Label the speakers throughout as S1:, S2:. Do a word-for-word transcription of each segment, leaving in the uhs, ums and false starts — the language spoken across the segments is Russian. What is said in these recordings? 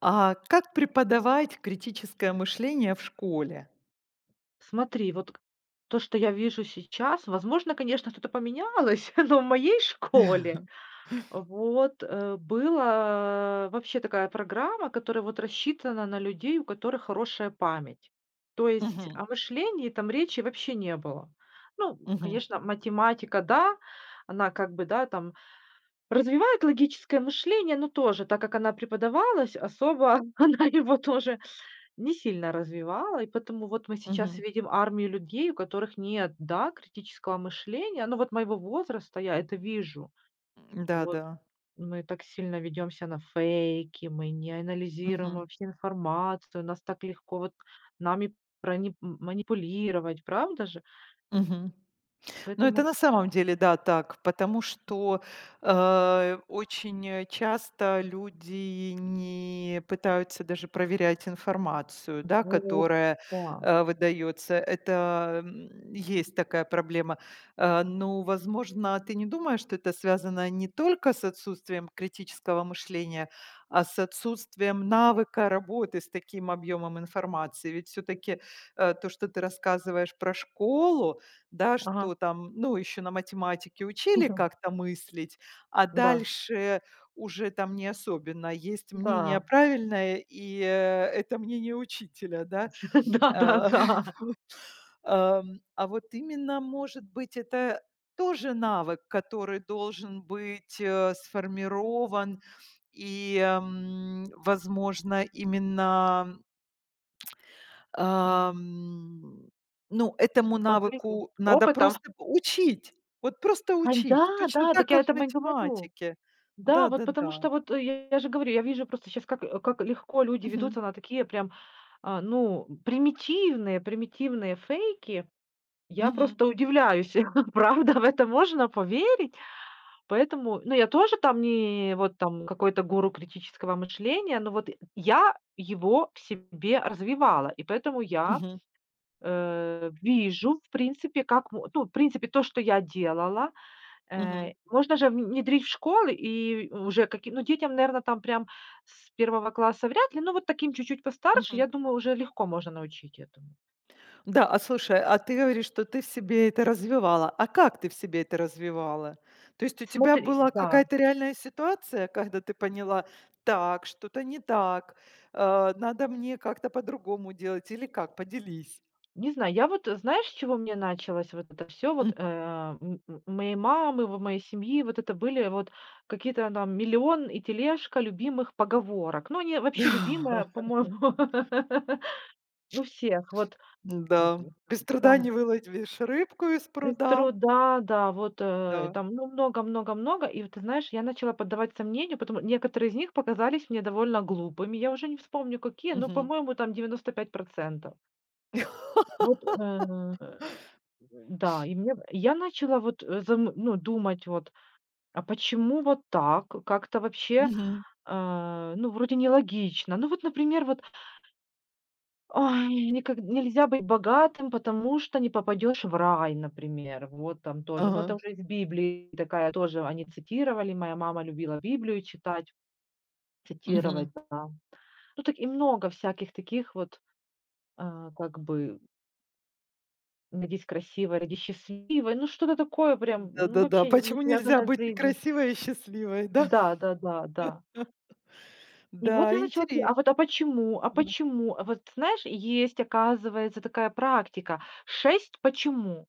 S1: А как преподавать критическое мышление в школе?
S2: Смотри, вот к то, что я вижу сейчас, возможно, конечно, что-то поменялось, но в моей школе вот, э, была вообще такая программа, которая вот рассчитана на людей, у которых хорошая память. То есть
S1: Мгм,
S2: о мышлении там речи вообще не было. Ну,
S1: мгм,
S2: конечно, математика, да, она как бы, да, там развивает логическое мышление, но тоже, так как она преподавалась, особо она его тоже не сильно развивала, и поэтому вот мы сейчас
S1: мгм.
S2: видим армию людей, у которых нет, да, критического мышления. Ну, вот моего возраста я это вижу. Вот
S1: Да-да.
S2: мы так сильно ведемся на фейки, мы не анализируем
S1: Мгм,
S2: вообще информацию, нас так легко вот нами прони- м, манипулировать, правда же?
S1: мгм. Ну, это
S2: Поэтому
S1: на самом деле, да, так, потому что э, очень э, часто люди не пытаются даже проверять информацию, да,
S2: вот,
S1: которая
S2: да,
S1: э, выдается. Это м, есть такая проблема. Э, ну, возможно, ты не думаешь, что это связано не только с отсутствием критического мышления, а с отсутствием навыка работы с таким объемом информации. Ведь все-таки то, что ты рассказываешь про школу, да,
S2: ага,
S1: что там, ну, еще на математике учили как-то мыслить, а
S2: да,
S1: дальше уже там не особенно. Есть мнение
S2: да,
S1: правильное, и, э, это мнение учителя, да.
S2: да, да,
S1: А,
S2: да.
S1: ам, а вот именно, может быть, это тоже навык, который должен быть, э, сформирован и, м, возможно, именно.
S2: Мгм.
S1: Ам, ну,
S2: С-
S1: этому
S2: По жизни,
S1: навыку надо
S2: опытом.
S1: просто учить, вот просто
S2: Ай, да,
S1: учить, точно
S2: да,
S1: так,
S2: так я
S1: как
S2: это и говорю.
S1: математике.
S2: Да, вот потому
S1: Да-да-да.
S2: что вот, э, я я же говорю, я вижу просто сейчас как, э, как легко люди
S1: Мгм.
S2: ведутся на такие прям, а, ну, примитивные примитивные фейки. Я
S1: Мгм.
S2: просто удивляюсь, правда, в это можно поверить? Поэтому, ну, я тоже там не вот там какой-то гуру критического мышления, но вот я его в себе развивала, и поэтому я,
S1: Мгм.
S2: э, вижу, в принципе, как мо ну, в принципе, то, что я делала. Э,
S1: Мгм.
S2: можно же внедрить в школы и уже каким, ну, детям, наверное, там прям с первого класса вряд ли, но вот таким чуть-чуть постарше,
S1: Мгм.
S2: я думаю, уже легко можно научить этому.
S1: Да, а слушай, а ты говоришь, что ты в себе это развивала. А как ты в себе это развивала? То есть у тебя
S2: Смотри,
S1: была
S2: да.
S1: какая-то реальная ситуация, когда ты поняла: "Так, что-то не так, э, надо мне как-то по-другому делать" или как? Поделись.
S2: Не знаю, я вот, э, знаешь, с чего мне началось вот это все. Вот,
S1: М.
S2: э, м м моей мамы, в моей семьи вот это были вот какие-то там «Миллион» и «Тележка» любимых поговорок. Ну, они вообще любимые, по-моему, у всех. Вот, м,
S1: Да без труда
S2: там
S1: не выловишь рыбку из
S2: из
S1: пруда.
S2: труда, да, вот, э,
S1: Да.
S2: там, ну, много-много-много. И вот ты знаешь, я начала поддавать сомнению, потому некоторые из них показались мне довольно глупыми. Я уже не вспомню какие, но,
S1: Мгм.
S2: по-моему, там девяносто пять процентов. Вот, э, да, и мне я начала вот, э, зам ну, думать вот, а почему вот так? Как-то вообще,
S1: Мгм.
S2: э, ну, вроде нелогично. Ну, вот, например, вот ой, никак нельзя быть богатым, потому что не попадешь в рай, например. Вот там тоже. Но это
S1: Ага.
S2: уже из Библии, такая тоже они цитировали. Моя мама любила Библию читать,
S1: Мгм.
S2: цитировать, да. Ну, так и много всяких таких вот, а, как бы «Родись красивой, родись счастливой». Ну, что-то такое прям, ну,
S1: Да-да-да.
S2: вообще не
S1: Почему нельзя
S2: связанное с
S1: быть и
S2: жизнью.
S1: красивой, и счастливой, да?
S2: Да, да, да, да. И вот
S1: Да,
S2: я начала говорить: «А
S1: интересно.
S2: вот, а почему? А
S1: Мгм.
S2: почему?» А вот знаешь, есть, оказывается, такая практика: шесть «почему».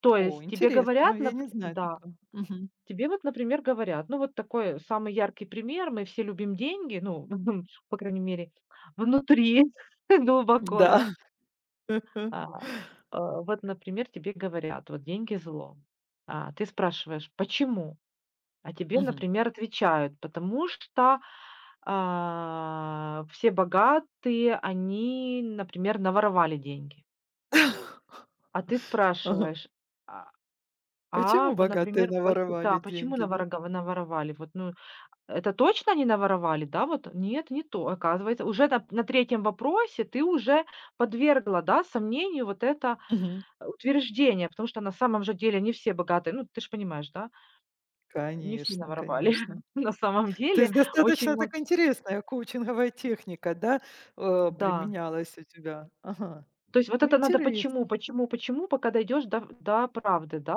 S2: То
S1: О,
S2: есть тебе
S1: интересно,
S2: говорят,
S1: я
S2: напр
S1: не знаю
S2: да,
S1: такого. Мгм.
S2: тебе вот, например, говорят, ну, вот такой самый яркий пример, мы все любим деньги, ну, по крайней мере, внутри глубоко, да.
S1: Да.
S2: А, э, вот, например, тебе говорят: «Вот деньги — зло». А ты спрашиваешь: «Почему?» А тебе,
S1: Мгм.
S2: например, отвечают: «Потому что, а, все богатые, они, например, наворовали деньги». А ты
S1: Ага.
S2: спрашиваешь: «А А,
S1: Почему
S2: вот,
S1: богатые
S2: например, поти
S1: наворовали
S2: да, почему
S1: деньги, да?
S2: наворого наворовали? Вот, ну, это точно они наворовали, да, вот?» Нет, не то. Оказывается, уже на на третьем вопросе ты уже подвергла, да, сомнению вот это
S1: Мгм.
S2: э, утверждение, потому что на самом же деле не все богатые, ну, ты ж понимаешь, да, не все
S1: Конечно,
S2: наворовали.
S1: конечно.
S2: На самом
S1: То
S2: деле
S1: есть
S2: очень
S1: достаточно
S2: мно
S1: так интересная коучинговая техника, да, э,
S2: да.
S1: применялась у тебя? Ага.
S2: То есть вот
S1: О,
S2: это надо
S1: интерес
S2: почему, почему, почему, пока дойдешь до до правды, да?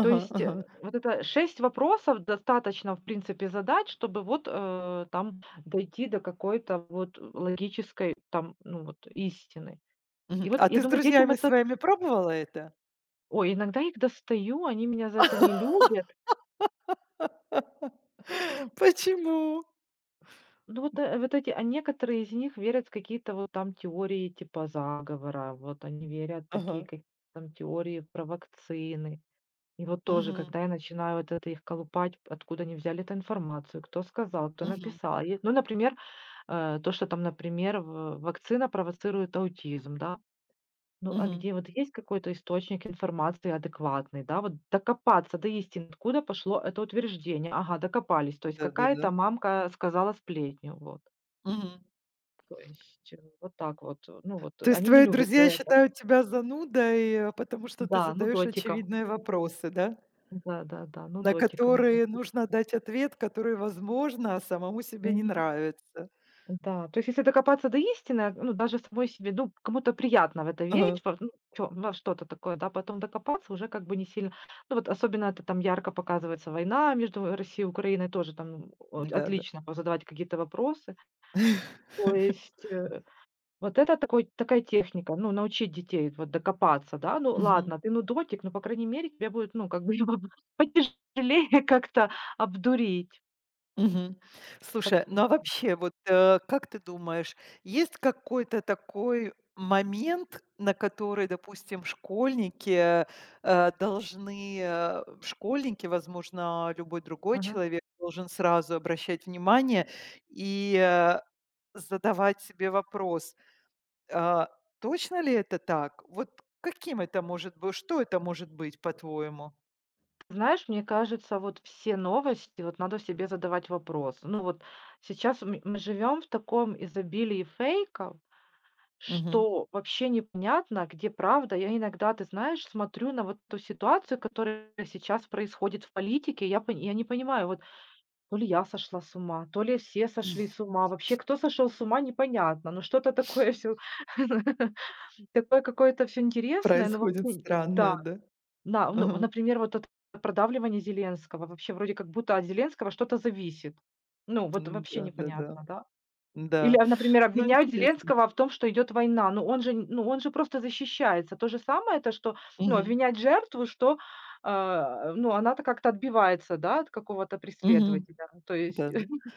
S2: То
S1: ага,
S2: есть, э,
S1: ага.
S2: вот это шесть вопросов достаточно, в принципе, задать, чтобы вот, э, там дойти до какой-то вот логической там, ну вот, истины.
S1: Мгм.
S2: И вот
S1: А
S2: я
S1: ты с
S2: думаю, детям
S1: друзьями
S2: это
S1: своими пробовала это?
S2: ой, иногда их достаю, они меня за это не любят.
S1: Почему?
S2: Ну вот, э, вот эти, а некоторые из них верят в какие-то вот там теории типа заговора, вот они верят в такие
S1: Ага.
S2: какие-то там теории про вакцины. И вот тоже,
S1: Мгм.
S2: когда я начинаю вот это их колупать, откуда они взяли эту информацию, кто сказал, кто
S1: Мгм.
S2: написал. И, ну, например, э, то, что там, например, в- вакцина провоцирует аутизм, да. Ну, а
S1: Мгм.
S2: где вот есть какой-то источник информации адекватный, да, вот докопаться до истины, откуда пошло это утверждение, ага, докопались, то есть какая-то
S1: Да-да-да.
S2: мамка сказала сплетню, вот,
S1: Мгм.
S2: то есть э, вот так вот, э, ну вот, э,
S1: То есть
S2: они не
S1: твои
S2: любят за
S1: друзья
S2: это,
S1: считают тебя занудой, э, потому что ты
S2: да, ну
S1: задаешь
S2: дотиком,
S1: очевидные вопросы, да?
S2: да-да-да, ну
S1: На
S2: дотиком.
S1: которые нужно дать ответ, который, возможно, самому себе не нравится.
S2: Да, то есть если докопаться до истины, а, ну, даже самой себе, ну, кому-то приятно в это верить,
S1: Ага.
S2: во, ну, чё, во что-то такое, да, потом докопаться уже как бы не сильно. Ну, вот особенно это там ярко показывается война между Россией и Украиной, тоже там о-
S1: Да-да.
S2: отлично задавать какие-то вопросы. То есть э, вот это такой, такая техника, ну, научить детей вот докопаться, да, ну,
S1: Мгм.
S2: ладно, ты нудотик, но, по крайней мере, тебе будет, ну, как бы потяжелее как-то обдурить.
S1: Мгм.
S2: Пот-
S1: Слушай, ну а вообще, вот, э, как ты думаешь, есть какой-то такой момент, на который, допустим, школьники, э, должны, э, школьники, возможно, любой другой
S2: Ага.
S1: человек должен сразу обращать внимание и, э, задавать себе вопрос: "А, точно ли это так?" Вот каким это может быть? Что это может быть, по-твоему?
S2: Знаешь, мне кажется, вот все новости, вот надо себе задавать вопрос. Ну вот сейчас мы, мы живем в таком изобилии фейков,
S1: Мгм.
S2: что вообще непонятно, где правда. Я иногда, ты знаешь, смотрю на вот ту ситуацию, которая сейчас происходит в политике, я, пон- я не понимаю, вот то ли я сошла с ума, то ли все сошли с ума. Вообще, кто сошел с ума, непонятно. Ну что-то такое все, такое какое-то все интересное, но
S1: Происходит
S2: вообще, да.
S1: странное, да?
S2: Да, ну,
S1: Ага.
S2: например, вот это продавливание Зеленского. Вообще вроде как будто от Зеленского что-то зависит. Ну, вот
S1: М,
S2: вообще
S1: да-да-да.
S2: непонятно, да. Или,
S1: Да,
S2: а, например,
S1: ну
S2: обвиняют
S1: интересно.
S2: Зеленского в том, что идет война. Ну, он же н ну, он же просто защищается. То же самое это, что, ну,
S1: Мгм.
S2: обвинять жертву, что, а, ну, она-то как-то отбивается, да, от какого-то
S1: Мгм.
S2: преследователя. Ну, то есть,
S1: Да-да.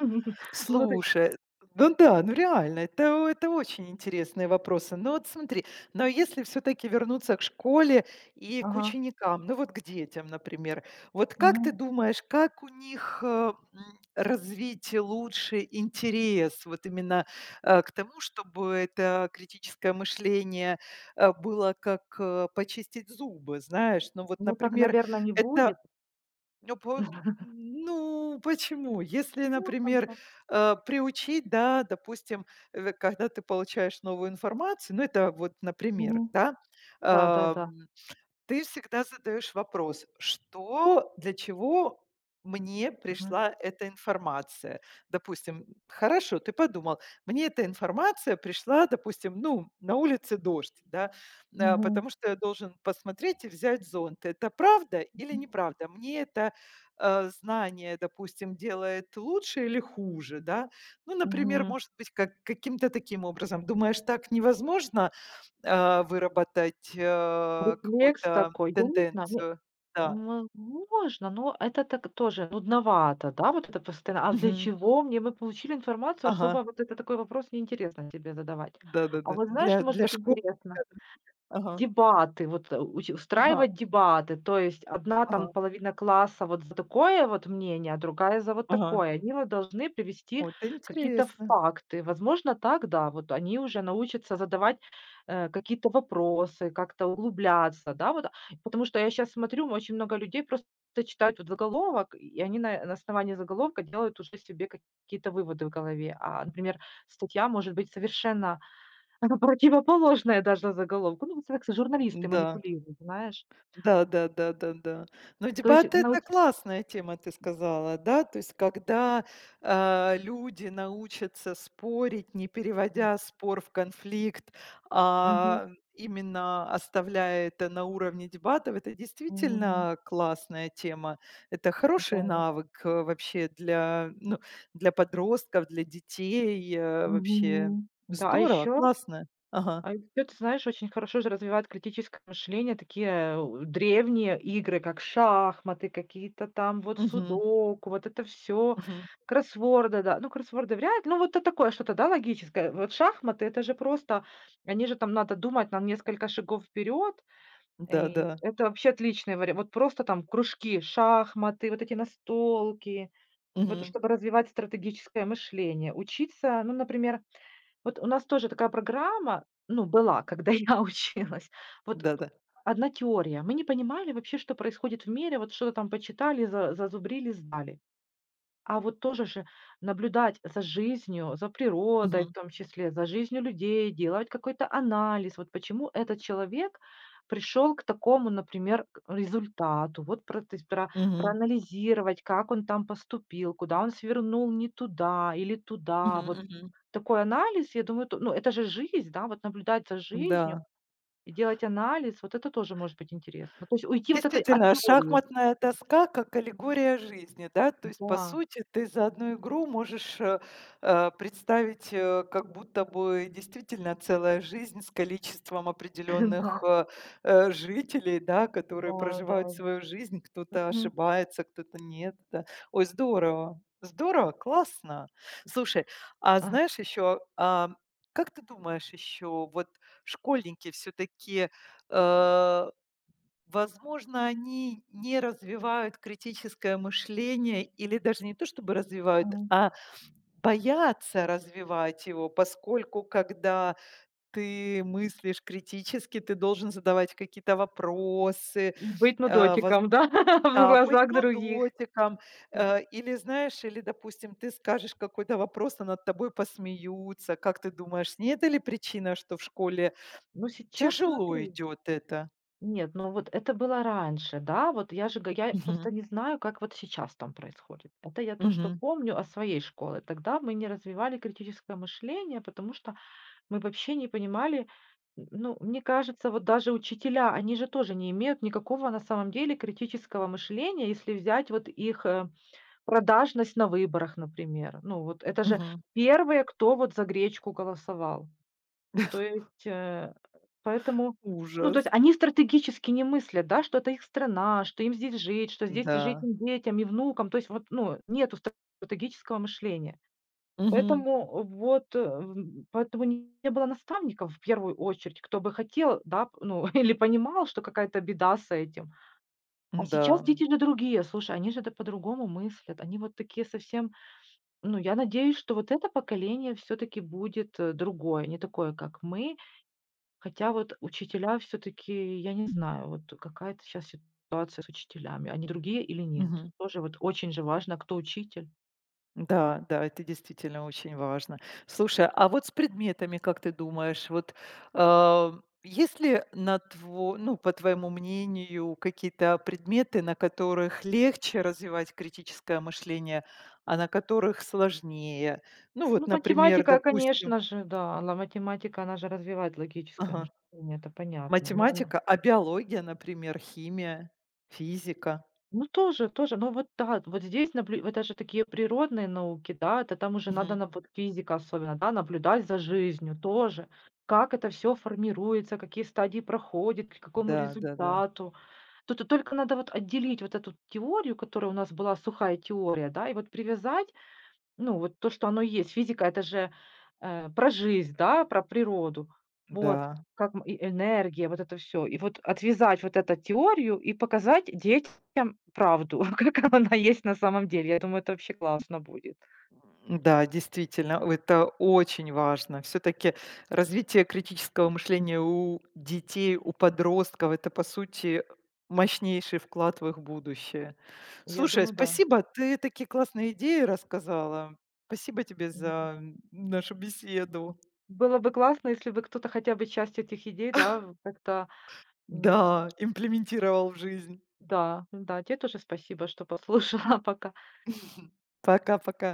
S2: ну, вот и
S1: Слушай, ну да, ну реально, это это очень интересные вопросы. Но вот смотри, но если все-таки вернуться к школе и к
S2: ага,
S1: ученикам, ну вот к детям, например, вот как
S2: мгм.
S1: ты думаешь, как у них э, м, развить лучше интерес вот именно э, к тому, чтобы это критическое мышление э, было как э, почистить зубы, знаешь? Ну вот,
S2: Ну, так,
S1: например,
S2: наверное, не
S1: это
S2: будет.
S1: Ну, по ну, почему? Если,
S2: Ну, там,
S1: например,
S2: да.
S1: э, приучить, да, допустим, э, когда ты получаешь новую информацию, ну, это вот, например,
S2: Мгм.
S1: да,
S2: Да-да-да.
S1: ты всегда задаешь вопрос: "Что, для чего мне
S2: Мгм.
S1: пришла эта информация?" Допустим, хорошо, ты подумал: "Мне эта информация пришла, допустим, ну, на улице дождь, да, а,
S2: Мгм.
S1: потому что я должен посмотреть и взять зонт. Это правда или неправда? Мне это, э, знание, допустим, делает лучше или хуже?" Да? Ну, например,
S2: Мгм.
S1: может быть, как каким-то таким образом. Думаешь, так невозможно, а, выработать, а,
S2: Рефлекс
S1: какую-то
S2: такой, я не знаю, мне
S1: тенденцию. Да.
S2: мо можно, но это так тоже нудновато, да, вот это постоянно. А для
S1: Мгм.
S2: чего мне? Мы получили информацию, особо
S1: Ага.
S2: вот это такой вопрос неинтересно тебе задавать. А
S1: Да-да-да.
S2: вот знаешь,
S1: Для
S2: что может
S1: для
S2: быть интересно?
S1: школьника. Ага.
S2: Дебаты, вот, э, уч
S1: Ага.
S2: устраивать дебаты. То есть одна там
S1: Ага.
S2: половина класса вот за такое вот мнение, а другая за вот
S1: Ага.
S2: такое. Они вот должны привести
S1: О,
S2: какие-то
S1: интересно.
S2: факты. Возможно, так, да, вот они уже научатся задавать, э, какие-то вопросы, как-то углубляться, да, вот. Потому что я сейчас смотрю, очень много людей просто читают вот заголовок, и они на на основании заголовка делают уже себе какие-то выводы в голове. А, например, статья может быть совершенно это противоположное даже заголовку. Ну, вот так журналисты
S1: Да.
S2: манипулируют, знаешь.
S1: Да, да, да, да, да. Но
S2: То есть
S1: дебаты —
S2: науч
S1: это классная тема, ты сказала, да? То есть когда, а, люди научатся спорить, не переводя спор в конфликт,
S2: мгм,
S1: а именно оставляя это на уровне дебатов, это
S2: мгм,
S1: действительно классная тема. Это хороший
S2: да,
S1: навык, э, вообще для, ну, для подростков, для детей, э, вообще.
S2: мгм. Да, а
S1: Здорово,
S2: еще
S1: классно. Ага.
S2: а еще, ты знаешь, очень хорошо же развивает критическое мышление такие, э, древние игры, как шахматы, какие-то там вот
S1: Мгм,
S2: судоку, вот это все
S1: мгм.
S2: кроссворды, да. Ну, кроссворды вряд ли, ну, вот это такое что-то, да, логическое. Вот шахматы — это же просто они же там надо думать на несколько шагов вперед.
S1: Да,
S2: И
S1: да.
S2: это вообще отличный вариант. Вот просто там кружки, шахматы, вот эти настолки, вот
S1: Мгм.
S2: чтобы развивать стратегическое мышление. Учиться, ну, например, вот у нас тоже такая программа, ну, была, когда я училась. Вот
S1: Да-да.
S2: одна теория. Мы не понимали вообще, что происходит в мире, вот что-то там почитали, за зазубрили, сдали. А вот тоже же наблюдать за жизнью, за природой, в
S1: Мгм.
S2: том числе, за жизнью людей, делать какой-то анализ. Вот почему этот человек пришел к такому, например, к результату. Вот про, то есть про-
S1: Мгм.
S2: проанализировать, как он там поступил, куда он свернул не туда или
S1: Мгм.
S2: туда. Вот
S1: Мгм.
S2: такой анализ, я думаю, то- ну это же жизнь, да, вот наблюдать за жизнью
S1: Да.
S2: и делать анализ, вот это тоже может быть интересно. То есть уйти вот этой от
S1: Действительно, а
S2: теории.
S1: шахматная доска как аллегория жизни, да? То есть, по
S2: Да,
S1: сути, ты за одну игру можешь, э, э, представить, э, как будто бы действительно целая жизнь с количеством определенных,
S2: да,
S1: э, э, жителей, да, которые
S2: да, да.
S1: проживают
S2: Да.
S1: свою жизнь. Кто-то
S2: Мгм.
S1: ошибается, кто-то нет, да. Ой, здорово, здорово, классно. Слушай, а знаешь еще, как ты думаешь еще, вот школьники все-таки, э возможно, они не развивают критическое мышление или даже не то чтобы развивают,
S2: Мгм.
S1: а боятся развивать его, поскольку когда ты мыслишь критически, ты должен задавать какие-то вопросы,
S2: И быть
S1: э, воз
S2: нудотиком, да, в
S1: да, быть
S2: глазах других.
S1: нудотиком, э, или, знаешь, или, допустим, ты скажешь какой-то вопрос, а над тобой посмеются. Как ты думаешь, не это ли причина, что в школе
S2: Ну, сейчас
S1: тяжело
S2: смотри.
S1: идет это?
S2: Нет, ну вот это было раньше, да, вот я же га я
S1: Мгм,
S2: просто не знаю, как вот сейчас там происходит. Это я то, что
S1: мгм,
S2: помню о своей школе. Тогда мы не развивали критическое мышление, потому что мы вообще не понимали, н ну, мне кажется, вот даже учителя, они же тоже не имеют никакого на самом деле критического мышления, если взять вот их, э, продажность на выборах, например. Ну, вот это же
S1: мгм.
S2: первые, кто вот за гречку голосовал. То есть, э, поэтому ну, то
S1: Ужас.
S2: есть они стратегически не мыслят, да, что это их страна, что им здесь жить, что здесь жить
S1: Да.
S2: им детям и внукам. То есть вот, ну, нету стратегического мышления.
S1: Мгм.
S2: Поэтому вот, э, м, поэтому не было наставников в первую очередь, кто бы хотел, да, п ну, или понимал, что какая-то беда с этим. А
S1: Да.
S2: сейчас дети же другие, слушай, они же, да, по-другому мыслят, они вот такие совсем ну, я надеюсь, что вот это поколение все таки будет, э, другое, не такое, как мы. Хотя вот учителя все таки я не знаю, вот какая-то щас ситуация с учителями. Они другие или нет?
S1: Мгм.
S2: Тоже вот очень же важно, кто учитель.
S1: Да, да, это действительно очень важно. Слушай, а вот с предметами, как ты думаешь, вот, а, есть ли на тво ну, по твоему мнению, какие-то предметы, на которых легче развивать критическое мышление, а на которых сложнее? Ну
S2: Ну,
S1: вот, например,
S2: математика,
S1: допустим.
S2: конечно же, да. Ла Математика, она же развивает логическое
S1: Ага.
S2: мышление, это понятно. Но
S1: Математика, а биология, например, химия, физика?
S2: ну, тоже, тоже. Ну, вот да, вот здесь наблю это же такие природные науки, да, это там уже надо
S1: Мгм.
S2: на вот физика особенно, да, наблюдать за жизнью тоже. Как это все формируется, какие стадии проходит, к какому
S1: Да, да-да.
S2: результату. Тут и только надо вот отделить вот эту теорию, которая у нас была сухая теория, да, и вот привязать ну, вот то, что оно есть. Физика — это же, э, про жизнь, да, про природу.
S1: Да.
S2: Вот,
S1: Да.
S2: как м и энергия, вот это все. И вот отвязать вот эту теорию и показать детям правду, как она есть на самом деле. Я думаю, это вообще классно будет.
S1: Да, действительно, это очень важно. Все-таки развитие критического мышления у детей, у подростков, это, по сути, мощнейший вклад в их будущее.
S2: Я
S1: Слушай,
S2: думаю, да.
S1: спасибо, ты такие классные идеи рассказала. Спасибо тебе
S2: Мгм.
S1: за нашу беседу.
S2: Было бы классно, если бы кто-то хотя бы часть этих идей, да, в как-то, м,
S1: Да, имплементировал в жизнь.
S2: да, да, тебе тоже спасибо, что послушала. Пока.
S1: Пока-пока.